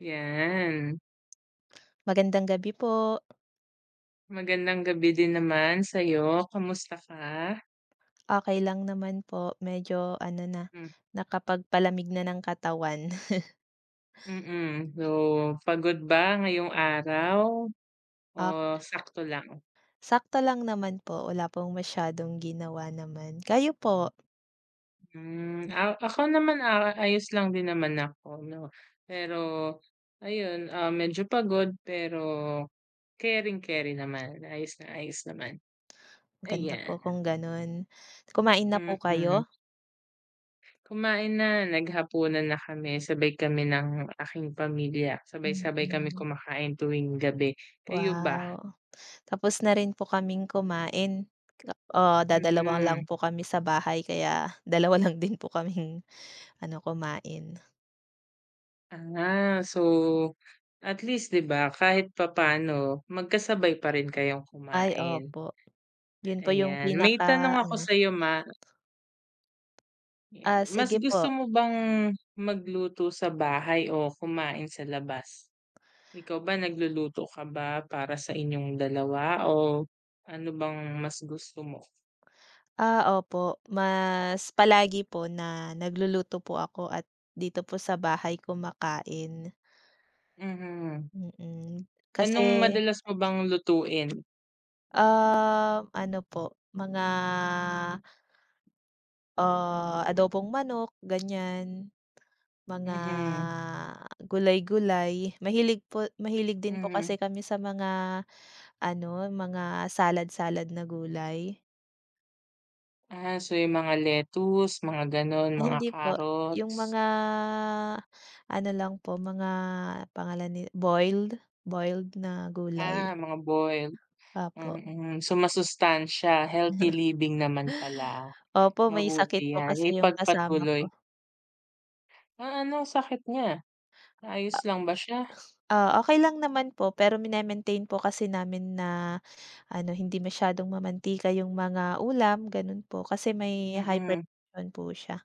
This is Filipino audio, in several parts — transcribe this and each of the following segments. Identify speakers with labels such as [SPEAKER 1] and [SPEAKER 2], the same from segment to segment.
[SPEAKER 1] 'Yan.
[SPEAKER 2] Magandang gabi po.
[SPEAKER 1] Magandang gabi din naman sa'yo, kamusta ka?
[SPEAKER 2] Okey lang naman po, medyo ano na,
[SPEAKER 1] Hmm, mm.
[SPEAKER 2] nakapagpalamig na ng katawan.
[SPEAKER 1] Mm-mm. So, pagod ba ngayong araw o
[SPEAKER 2] Ah,
[SPEAKER 1] sakto lang?
[SPEAKER 2] sakto lang naman po, wala pong masyadong ginawa naman. Kayo po?
[SPEAKER 1] Hmm, a ako naman, ayos lang din naman ako 'no, pero ayun, medyo pagod pero, caring caring naman, ayos na ayos naman,
[SPEAKER 2] Maganda po
[SPEAKER 1] ayan.
[SPEAKER 2] kung gano'n. Kumain na
[SPEAKER 1] Mm.
[SPEAKER 2] po
[SPEAKER 1] Mm.
[SPEAKER 2] kayo?
[SPEAKER 1] Kumain na, naghapunan na kami, sabay kami ng aking pamilya, sabay-sabay kami
[SPEAKER 2] Mm.
[SPEAKER 1] kumakain tuwing gabi. Kayo ba?
[SPEAKER 2] Wow! Tapos na rin po kaming kumain. Oo, dadalawa lang
[SPEAKER 1] Mm.
[SPEAKER 2] po kami sa bahay kaya dalawa lang din po kaming ano, kumain.
[SPEAKER 1] Ah, so at least 'di ba kahit papaano magkasabay pa rin kayong
[SPEAKER 2] Ay,
[SPEAKER 1] kumain,
[SPEAKER 2] opo. 'Yun po yung
[SPEAKER 1] ayan. May tanong ako
[SPEAKER 2] pinaka-ano
[SPEAKER 1] sa iyo,
[SPEAKER 2] ah,
[SPEAKER 1] yan, mas
[SPEAKER 2] sige po.
[SPEAKER 1] gusto mo bang magluto sa bahay o kumain sa labas? Ikaw ba nagluluto ka ba para sa inyong dalawa o ano bang mas gusto mo?
[SPEAKER 2] Ah, opo. Mas palagi po na nagluluto po ako at dito po sa bahay kumakain.
[SPEAKER 1] Mhm.
[SPEAKER 2] Mm. Kasi,
[SPEAKER 1] Anong madalas mo bang lutuin?
[SPEAKER 2] ano po, mga, ah, adobong manok, ganyan, mga
[SPEAKER 1] Mm,
[SPEAKER 2] gulay-gulay. Mahilig po mahilig din po kasi
[SPEAKER 1] mhm.
[SPEAKER 2] kami sa mga ano, mga salad-salad na gulay.
[SPEAKER 1] Ah, so yung mga lettuce, mga gano'n,
[SPEAKER 2] Ay
[SPEAKER 1] mga
[SPEAKER 2] hindi po, yung
[SPEAKER 1] carrots,
[SPEAKER 2] mga ano lang po, mga pangalan ni boiled, boiled na gulay,
[SPEAKER 1] mga boiled,
[SPEAKER 2] opo.
[SPEAKER 1] mm. So masustansya, healthy living naman pala.
[SPEAKER 2] Opo, may sakit
[SPEAKER 1] Mabuti
[SPEAKER 2] po
[SPEAKER 1] 'yan,
[SPEAKER 2] kasi yung kasama
[SPEAKER 1] ipagpatuloy.
[SPEAKER 2] ko.
[SPEAKER 1] Ah, ano sakit niya? Ayos lang ba siya?
[SPEAKER 2] Ah, okey lang naman po pero mine po kasi namin na ano, hindi masyadong mamantika yung mga ulam, gano'n po, kasi may
[SPEAKER 1] Mm.
[SPEAKER 2] hypertension po siya.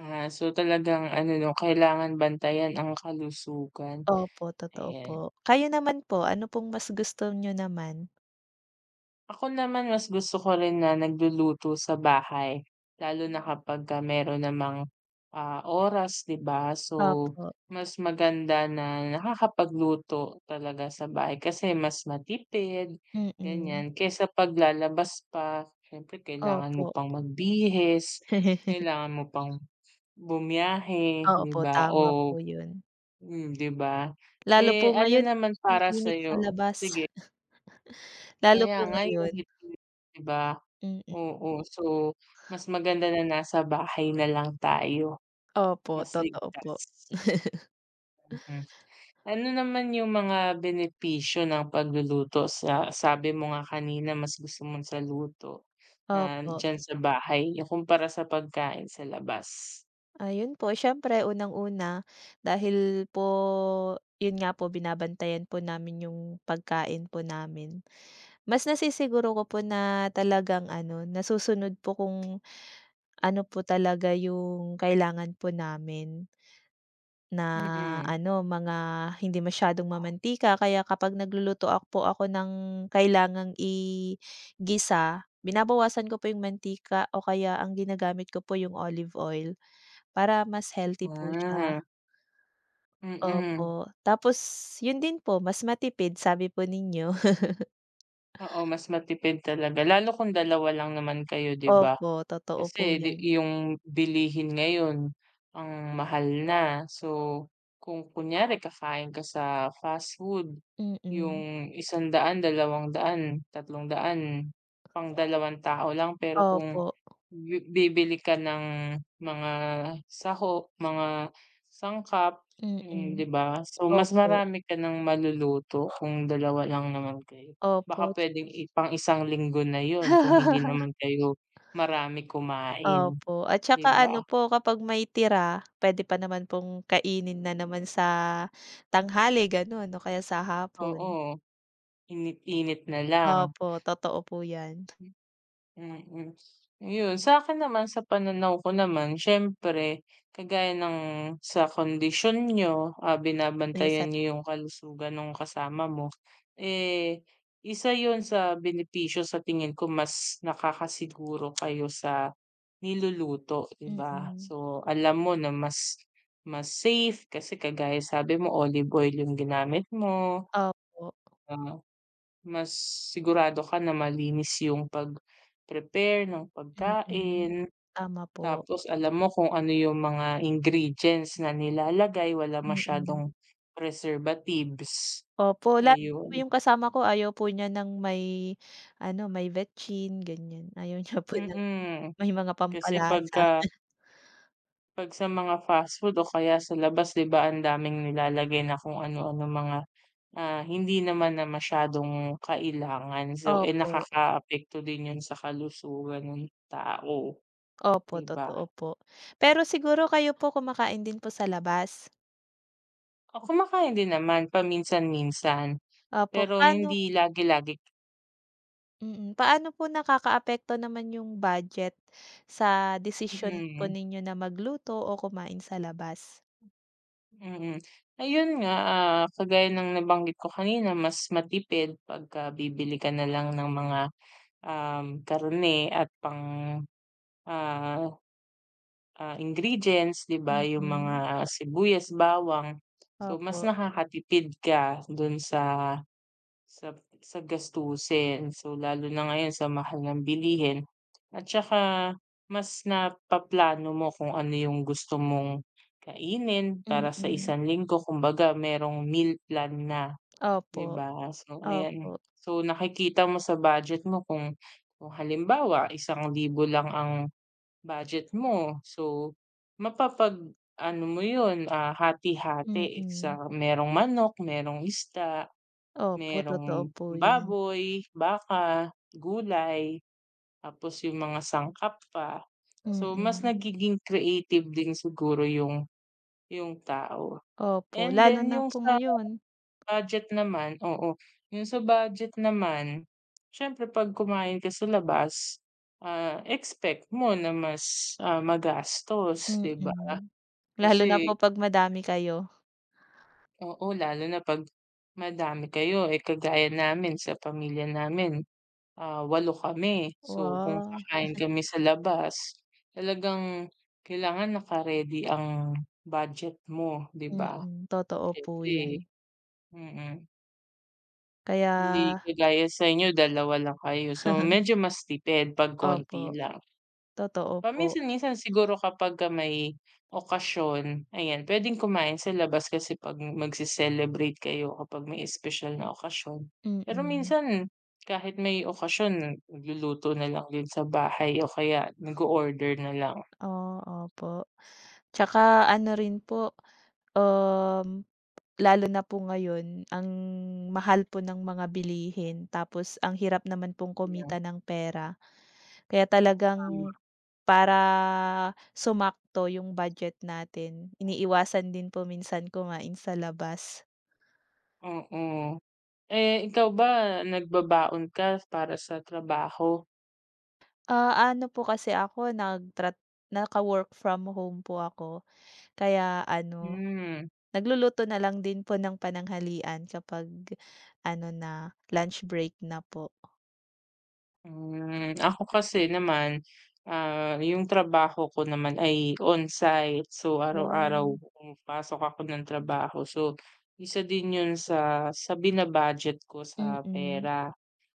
[SPEAKER 1] Ah, so talagang ano 'no, kailangan bantayan ang kalusugan,
[SPEAKER 2] Opo, totoo
[SPEAKER 1] ayan.
[SPEAKER 2] po. Kayo naman po, ano pong mas gusto nyo naman?
[SPEAKER 1] Ako naman mas gusto ko rin na nagluluto sa bahay, lalo na kapagka meron namang, oras 'di ba? So,
[SPEAKER 2] Opo,
[SPEAKER 1] mas maganda na nakakapagluto talaga sa bahay kasi mas matipid,
[SPEAKER 2] mm,
[SPEAKER 1] ganyan. Kaysa paglalabas pa, siyempre kailangan mo
[SPEAKER 2] opo.
[SPEAKER 1] pang magbihis, kailangan mo pang bumiyahe
[SPEAKER 2] Oo
[SPEAKER 1] 'di
[SPEAKER 2] po,
[SPEAKER 1] ba?
[SPEAKER 2] tama po
[SPEAKER 1] O
[SPEAKER 2] yun.
[SPEAKER 1] 'di ba?
[SPEAKER 2] Lalo po
[SPEAKER 1] Eh, ano
[SPEAKER 2] ngayon,
[SPEAKER 1] naman
[SPEAKER 2] ang
[SPEAKER 1] para sa
[SPEAKER 2] init sa labas.
[SPEAKER 1] sige,
[SPEAKER 2] Lalo
[SPEAKER 1] kaya
[SPEAKER 2] po
[SPEAKER 1] nga yung
[SPEAKER 2] ngayon,
[SPEAKER 1] ngiti, 'di ba?
[SPEAKER 2] mm.
[SPEAKER 1] Oo, so mas maganda na nasa bahay na lang tayo,
[SPEAKER 2] Opo,
[SPEAKER 1] mas
[SPEAKER 2] totoo po.
[SPEAKER 1] ligtas. Mm. Ano naman yung mga benepisyo ng pagluluto sa sabi mo nga kanina mas gusto mo sa luto na
[SPEAKER 2] Opo.
[SPEAKER 1] diyan sa bahay yung kumpara sa pagkain sa labas?
[SPEAKER 2] Ayun po, siyempre unang-una, dahil po, yun nga po binabantayan po namin yung pagkain po namin. Mas nasisiguro ko po na talagang ano, nasusunod po kung ano po talaga yung kailangan po namin. Na
[SPEAKER 1] Mm.
[SPEAKER 2] ano, mga hindi masyadong mamantika kaya kapag nagluluto ako po ng kailangang i-gisa, binabawasan ko po yung mantika o kaya ang ginagamit ko po yung olive oil para mas healthy po
[SPEAKER 1] Ah,
[SPEAKER 2] siya.
[SPEAKER 1] mm.
[SPEAKER 2] Opo, tapos yun din po mas matipid sabi po ninyo.
[SPEAKER 1] Oo, mas matipid talaga lalo kung dalawa lang naman kayo 'di ba?
[SPEAKER 2] Opo, totoo po
[SPEAKER 1] Kasi di
[SPEAKER 2] yun.
[SPEAKER 1] yung bilihin ngayon ang mahal na. So, kung kunyari kakain ka sa fast food,
[SPEAKER 2] Mm.
[SPEAKER 1] yung isang daan, dalawang daan tatlong daan pang dalawang tao lang. Pero kung
[SPEAKER 2] Opo,
[SPEAKER 1] bibili ka ng mga saho, mga sangkap,
[SPEAKER 2] mm.
[SPEAKER 1] 'di ba? So, mas
[SPEAKER 2] Opo,
[SPEAKER 1] marami ka ng maluluto kung dalawa lang naman kayo. Baka
[SPEAKER 2] opo.
[SPEAKER 1] puwedeng pang isang linggo na 'yun kung hindi naman kayo marami kumain,
[SPEAKER 2] Opo, at
[SPEAKER 1] 'di
[SPEAKER 2] saka
[SPEAKER 1] ba?
[SPEAKER 2] ano po kapag may tira, puwede pa naman pong kainin na naman sa tanghali gano'n o kaya sa hapon.
[SPEAKER 1] Oo, init-init na lang.
[SPEAKER 2] Opo, totoo po 'yan.
[SPEAKER 1] Mm. Yun, sa akin naman sa pananaw ko naman siyempre kagaya ng sa kondisyon niyo,
[SPEAKER 2] Ayun
[SPEAKER 1] binabantayan
[SPEAKER 2] sa
[SPEAKER 1] niyo yung kalusugan ng kasama mo, eh, isa yun sa benepisyo sa tingin ko mas nakakasiguro kayo sa niluluto, 'di ba?
[SPEAKER 2] mm,
[SPEAKER 1] So, alam mo na mas mas safe kasi kagaya sabi mo olive oil yung ginamit mo,
[SPEAKER 2] opo,
[SPEAKER 1] ah mas sigurado ka na malinis yung pag-prepare ng pagkain,
[SPEAKER 2] mm. Tama po,
[SPEAKER 1] tapos alam mo kung ano yung mga ingredients na nilalagay, wala
[SPEAKER 2] mm.
[SPEAKER 1] masyadong preservatives,
[SPEAKER 2] Opo, lalo na po
[SPEAKER 1] ayun.
[SPEAKER 2] yung kasama ko ayaw po niya ng may ano, may vetchin ganyan, ayaw niya po ng
[SPEAKER 1] Mm,
[SPEAKER 2] may mga
[SPEAKER 1] kasi
[SPEAKER 2] pampalasa.
[SPEAKER 1] 'pag sa mga fast food o kaya sa labas 'di ba ang daming nilalagay na kung ano ano mga, hindi naman na masyadong kailangan. So, eh,
[SPEAKER 2] Opo,
[SPEAKER 1] nakakaapekto din yun sa kalusugan ng tao,
[SPEAKER 2] opo,
[SPEAKER 1] 'di ba?
[SPEAKER 2] totoo po. Pero siguro kayo po kumakain din po sa labas?
[SPEAKER 1] Oh, kumakain din naman paminsan-minsan,
[SPEAKER 2] Opo,
[SPEAKER 1] pero
[SPEAKER 2] paano
[SPEAKER 1] hindi lagi-lagi.
[SPEAKER 2] mm, paano po nakakaapekto naman yung budget sa desisyon po
[SPEAKER 1] Mm,
[SPEAKER 2] ninyo na magluto o kumain sa labas?
[SPEAKER 1] mm. Ayun nga, kagaya ng nabanggit ko kanina mas matipid pagka bibili ka na lang ng mga, karne at pang, ah, ingredients 'di ba, yung
[SPEAKER 2] Mm.
[SPEAKER 1] mga sibuyas, bawang. So mas
[SPEAKER 2] Opo,
[SPEAKER 1] nakakatipid ka dun Sa sa gastusin. So, lalo na ngayon sa mahal ng bilihin at saka mas napaplano mo kung ano yung gusto mong kainin para sa
[SPEAKER 2] mm.
[SPEAKER 1] isang linggo. Kumbaga merong meal plan na,
[SPEAKER 2] Opo,
[SPEAKER 1] 'di ba? So,
[SPEAKER 2] opo,
[SPEAKER 1] ayan. So, nakikita mo sa budget mo kung halimbawa isang libo lang ang budget mo. So, mapapag-ano mo 'yun, hati-hati sa
[SPEAKER 2] mm.
[SPEAKER 1] merong manok, merong isda.
[SPEAKER 2] Opo, totoo
[SPEAKER 1] Merong
[SPEAKER 2] po yun.
[SPEAKER 1] baboy, baka, gulay, tapos yung mga sangkap pa. So, mas
[SPEAKER 2] Mm.
[SPEAKER 1] nagiging creative din siguro yung tao.
[SPEAKER 2] Opo,
[SPEAKER 1] And
[SPEAKER 2] lalo
[SPEAKER 1] then
[SPEAKER 2] na
[SPEAKER 1] yung
[SPEAKER 2] po
[SPEAKER 1] sa
[SPEAKER 2] ngayon.
[SPEAKER 1] budget naman, oo, yung sa budget naman, siyempre 'pag kumain ka sa labas, expect mo na mas, magastos, 'di ba?
[SPEAKER 2] Mm. Lalo na
[SPEAKER 1] Kasi
[SPEAKER 2] po 'pag madami kayo.
[SPEAKER 1] oo, lalo na 'pag madami kayo, eh, kagaya namin sa pamilya namin. Ah, 8 kami. So, kung
[SPEAKER 2] Wow,
[SPEAKER 1] kakain kami sa labas, talagang kailangan naka-ready ang budget mo, 'di ba?
[SPEAKER 2] mm, totoo po
[SPEAKER 1] Siyempre
[SPEAKER 2] yan.
[SPEAKER 1] mm.
[SPEAKER 2] Kaya
[SPEAKER 1] Hindi kagaya sa inyo, dalawa lang kayo. So, medyo mas tipid 'pag
[SPEAKER 2] opo,
[SPEAKER 1] konti lang.
[SPEAKER 2] totoo po,
[SPEAKER 1] Paminsan-minsan siguro kapagka may okasyon, ayan, puwedeng kumain sa labas kasi 'pag magse-celebrate kayo kapag may espesyal na okasyon. Pero
[SPEAKER 2] mm.
[SPEAKER 1] minsan kahit may okasyon nagluluto na lang din sa bahay o kaya nag-o-order na lang.
[SPEAKER 2] Oo, opo. Tsaka ano rin po, um, lalo na po ngayon ang mahal po ng mga bilihin tapos ang hirap naman pong
[SPEAKER 1] Mm,
[SPEAKER 2] kumita ng pera. Kaya
[SPEAKER 1] tama.
[SPEAKER 2] talagang para sumakto yung budget natin, iniiwasan din po minsan kumain sa labas.
[SPEAKER 1] Mm. Eh, ikaw ba nagbabaon ka para sa trabaho?
[SPEAKER 2] Ah, ano po kasi ako nagtra naka-work from home po ako, kaya ano
[SPEAKER 1] Hmm.
[SPEAKER 2] nagluluto na lang din po ng pananghalian kapag ano na, lunch break na po.
[SPEAKER 1] Ako kasi naman, yung trabaho ko naman ay on-site. So, araw-araw
[SPEAKER 2] Oh.
[SPEAKER 1] pumapasok ako ng trabaho. So, isa din yun sa bina-budget ko sa
[SPEAKER 2] Mm,
[SPEAKER 1] pera.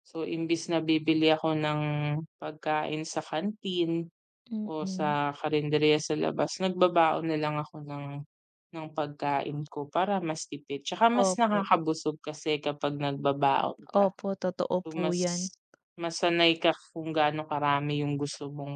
[SPEAKER 1] So, imbis na bibili ako ng pagkain sa kantin o
[SPEAKER 2] mm.
[SPEAKER 1] sa karinderya sa labas, nagbabaon na lang ako ng pagkain ko para mas tipid. Tsaka mas
[SPEAKER 2] Opo,
[SPEAKER 1] nakakabusog kasi kapag nagbabaon ka.
[SPEAKER 2] opo totoo
[SPEAKER 1] So,
[SPEAKER 2] po
[SPEAKER 1] mas
[SPEAKER 2] 'yan.
[SPEAKER 1] masanay ka kung gaano karami yung gusto mong,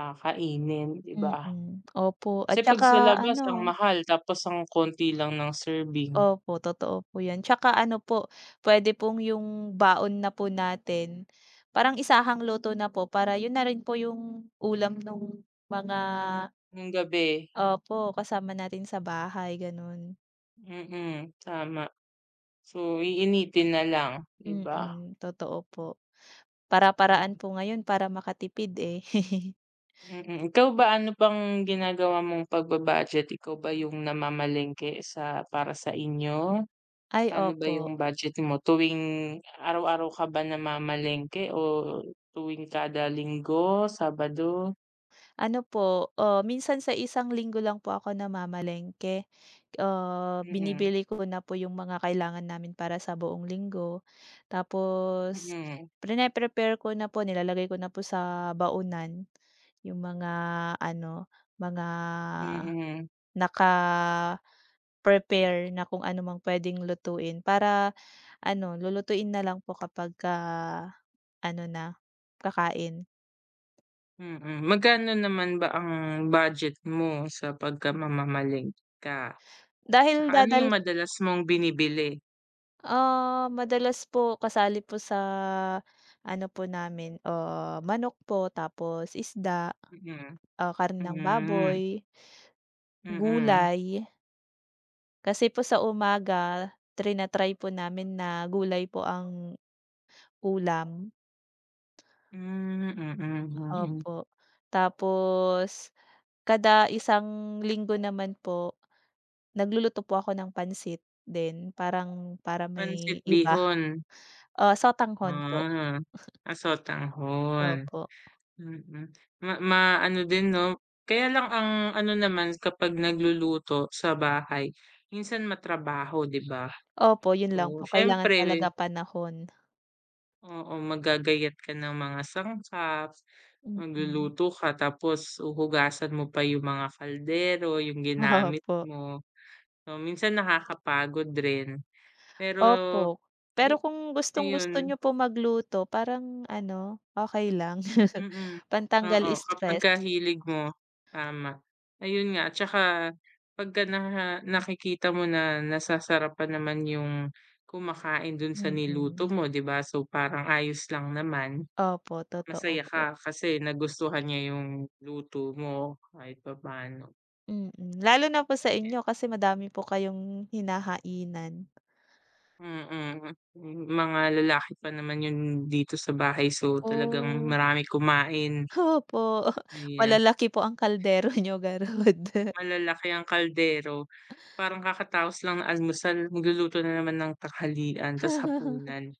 [SPEAKER 1] kainin, 'di ba?
[SPEAKER 2] Mm, opo
[SPEAKER 1] Kasi
[SPEAKER 2] at
[SPEAKER 1] 'pag
[SPEAKER 2] saka
[SPEAKER 1] sa labas
[SPEAKER 2] ano
[SPEAKER 1] ang mahal tapos ang konti lang ng serving
[SPEAKER 2] opo, totoo po 'yan. Tsaka ano po, puwede pong yung baon na po natin, parang isahang luto na po para yun na rin po yung ulam nung mga
[SPEAKER 1] nung gabi.
[SPEAKER 2] opo, kasama natin sa bahay gano'n.
[SPEAKER 1] Mm, tama. So, iinitin na lang, 'di ba?
[SPEAKER 2] Mm, totoo po.
[SPEAKER 1] Mm,
[SPEAKER 2] Para-paraan po ngayon para makatipid, eh.
[SPEAKER 1] mm. Ikaw ba ano bang ginagawa mong pagba-budget? Ikaw ba yung namamalengke para sa inyo?
[SPEAKER 2] Ay,
[SPEAKER 1] Paano ba
[SPEAKER 2] opo.
[SPEAKER 1] yung budget mo? Tuwing araw-araw ka ba namamalengke o tuwing kada Linggo, Sabado?
[SPEAKER 2] Ano po, ah, minsan sa isang linggo lang po ako namamalengke. Ah,
[SPEAKER 1] Mm,
[SPEAKER 2] binibili ko na po yung mga kailangan namin para sa buong linggo. Tapos
[SPEAKER 1] mm,
[SPEAKER 2] prine-prepare ko na po, nilalagay ko na po sa baunan yung mga ano, mga
[SPEAKER 1] mm,
[SPEAKER 2] naka-prepare na kung ano mang puwedeng lutuin para ano, lulutuin na lang po kapagka ano na, kakain.
[SPEAKER 1] mm. Magkano naman ba ang budget mo sa pagka mamamalengke ka?
[SPEAKER 2] Dahil
[SPEAKER 1] Tsaka ano
[SPEAKER 2] dadal
[SPEAKER 1] yung madalas mong binibili?
[SPEAKER 2] ah, madalas po kasali po sa ano po namin, ah, manok po, tapos isda,
[SPEAKER 1] Mm,
[SPEAKER 2] ah, karne ng
[SPEAKER 1] hmm,
[SPEAKER 2] baboy,
[SPEAKER 1] mm.
[SPEAKER 2] gulay. Kasi po sa umaga trina-try po namin na gulay po ang ulam,
[SPEAKER 1] Hmm, mm, mm.
[SPEAKER 2] opo. Tapos kada isang linggo naman po nagluluto po ako ng pansit din parang para may
[SPEAKER 1] Pansit
[SPEAKER 2] iba,
[SPEAKER 1] bihon,
[SPEAKER 2] ah, sotanghon po,
[SPEAKER 1] ah, aso tanghon,
[SPEAKER 2] opo.
[SPEAKER 1] mm. Ma ma ano din 'no, kaya lang ang ano naman kapag nagluluto sa bahay minsan matrabaho 'di ba?
[SPEAKER 2] Opo, yun lang po
[SPEAKER 1] So,
[SPEAKER 2] kailangan talaga
[SPEAKER 1] siyempre
[SPEAKER 2] panahon.
[SPEAKER 1] oo, magagayat ka ng mga sangkap,
[SPEAKER 2] Mm,
[SPEAKER 1] magluluto ka tapos uhugasan mo pa yung mga kaldero, yung ginamit
[SPEAKER 2] opo,
[SPEAKER 1] mo. So, minsan nakakapagod rin. Pero
[SPEAKER 2] opo. Pero
[SPEAKER 1] gi
[SPEAKER 2] kung gustong-gusto
[SPEAKER 1] ayun,
[SPEAKER 2] niyo po magluto parang ano, okey lang.
[SPEAKER 1] mm.
[SPEAKER 2] Pantanggal
[SPEAKER 1] Oo,
[SPEAKER 2] stress.
[SPEAKER 1] kapagka hilig mo, tama. Ayun nga, tsaka pagka nakikita mo na nasasarapan naman yung kumakain dun sa niluto
[SPEAKER 2] Mm,
[SPEAKER 1] mo, 'di ba? So, parang ayos lang naman.
[SPEAKER 2] opo totoo
[SPEAKER 1] Masaya
[SPEAKER 2] po.
[SPEAKER 1] ka kasi nagustuhan niya yung luto mo kahit papaano.
[SPEAKER 2] Mm, lalo na po sa inyo kasi madami po kayong hinahainan.
[SPEAKER 1] Mm, hmm, mga lalaki pa naman yun dito sa bahay so talagang
[SPEAKER 2] Oh,
[SPEAKER 1] marami kumain,
[SPEAKER 2] opo.
[SPEAKER 1] ayan.
[SPEAKER 2] Malalaki po ang kaldero niyo, garud.
[SPEAKER 1] Malalaki ang kaldero, parang kakataos lang ng almusal magluluto na naman ng tanghalian tas hapunan,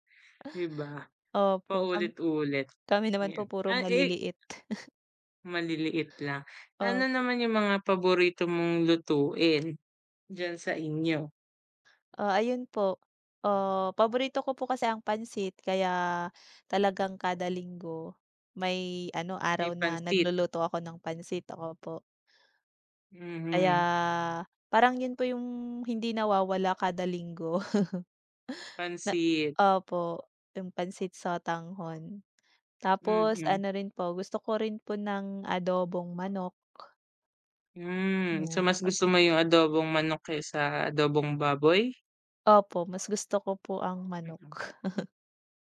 [SPEAKER 1] 'di ba?
[SPEAKER 2] Opo, kam
[SPEAKER 1] Paulit-ulit,
[SPEAKER 2] kami naman po
[SPEAKER 1] yan.
[SPEAKER 2] puro
[SPEAKER 1] Ah, eh,
[SPEAKER 2] maliliit.
[SPEAKER 1] maliliit lang. Ano
[SPEAKER 2] O
[SPEAKER 1] naman yung mga paborito mong lutuin diyan sa inyo?
[SPEAKER 2] ah, ayun po. Ah, paborito ko po kasi ang pansit kaya talagang kada linggo may ano,
[SPEAKER 1] May
[SPEAKER 2] araw na
[SPEAKER 1] pansit?
[SPEAKER 2] nagluluto ako ng pansit, opo. Kaya
[SPEAKER 1] Mhm,
[SPEAKER 2] parang yun po yung hindi nawawala kada linggo na
[SPEAKER 1] pansit.
[SPEAKER 2] opo, yung pansit sa tanghon. Tapos
[SPEAKER 1] Mm.
[SPEAKER 2] ano rin po, gusto ko rin po ng adobong manok,
[SPEAKER 1] So
[SPEAKER 2] yan.
[SPEAKER 1] mas gusto mo yung adobong manok kaysa adobong baboy?
[SPEAKER 2] Opo, mas gusto ko po ang
[SPEAKER 1] Mm.
[SPEAKER 2] manok.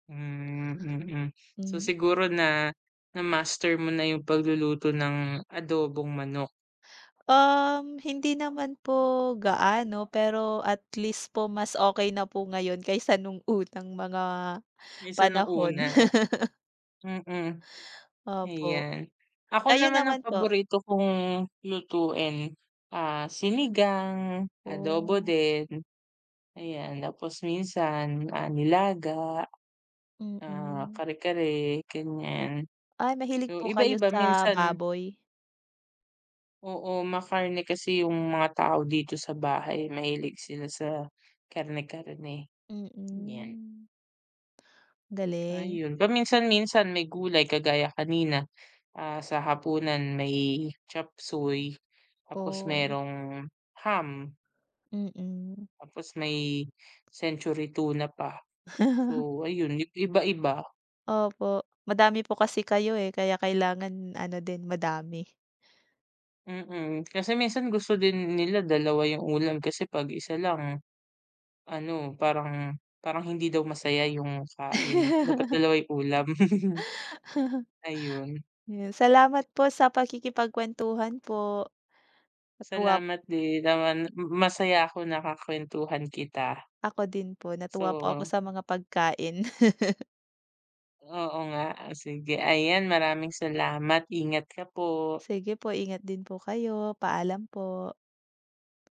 [SPEAKER 1] Hmm, mm. So
[SPEAKER 2] Hmm.
[SPEAKER 1] siguro na na-master mo na yung pagluluto ng adobong manok,
[SPEAKER 2] Hindi naman po gaano, pero at least po mas okey na po ngayon kaysa nung unang mga
[SPEAKER 1] kaysa nung
[SPEAKER 2] panahon.
[SPEAKER 1] una. Mm,
[SPEAKER 2] Opo,
[SPEAKER 1] ayan. Ako
[SPEAKER 2] kayo
[SPEAKER 1] naman ang
[SPEAKER 2] naman po?
[SPEAKER 1] paborito kong lutuin, sinigang, adobo
[SPEAKER 2] Oh,
[SPEAKER 1] din, ayan. Tapos minsan, nilaga,
[SPEAKER 2] mm.
[SPEAKER 1] kare-kare, ganyan.
[SPEAKER 2] Ay mahilig
[SPEAKER 1] So,
[SPEAKER 2] po kayo
[SPEAKER 1] iba-iba
[SPEAKER 2] sa
[SPEAKER 1] minsan
[SPEAKER 2] baboy?
[SPEAKER 1] oo, makarne kasi yung mga tao dito sa bahay, mahilig sila sa karne-karne, yan.
[SPEAKER 2] Mm, galing.
[SPEAKER 1] Ayun, paminsan-minsan may gulay kagaya kanina, sa hapunan may chop suey, tapos
[SPEAKER 2] Oh,
[SPEAKER 1] merong ham,
[SPEAKER 2] mm.
[SPEAKER 1] tapos may century tuna pa. So, ayun iba-iba,
[SPEAKER 2] Opo, madami po kasi kayo, eh, kaya kailangan ano din madami.
[SPEAKER 1] mm. Kasi minsan gusto din nila dalawa yung ulam kasi 'pag isa lang ano, parang parang hindi daw masaya yung kain, dapat dalawa yung ulam. Ayun,
[SPEAKER 2] Yun, salamat po sa pakikipagkuwentuhan po. Natuwa
[SPEAKER 1] salamat din naman masaya ako nakakwentuhan kita.
[SPEAKER 2] ako din po, natuwa po ako
[SPEAKER 1] So
[SPEAKER 2] sa mga pagkain.
[SPEAKER 1] oo nga, sige ayan maraming salamat, ingat ka po.
[SPEAKER 2] Sige po, ingat din po kayo. Paalam po.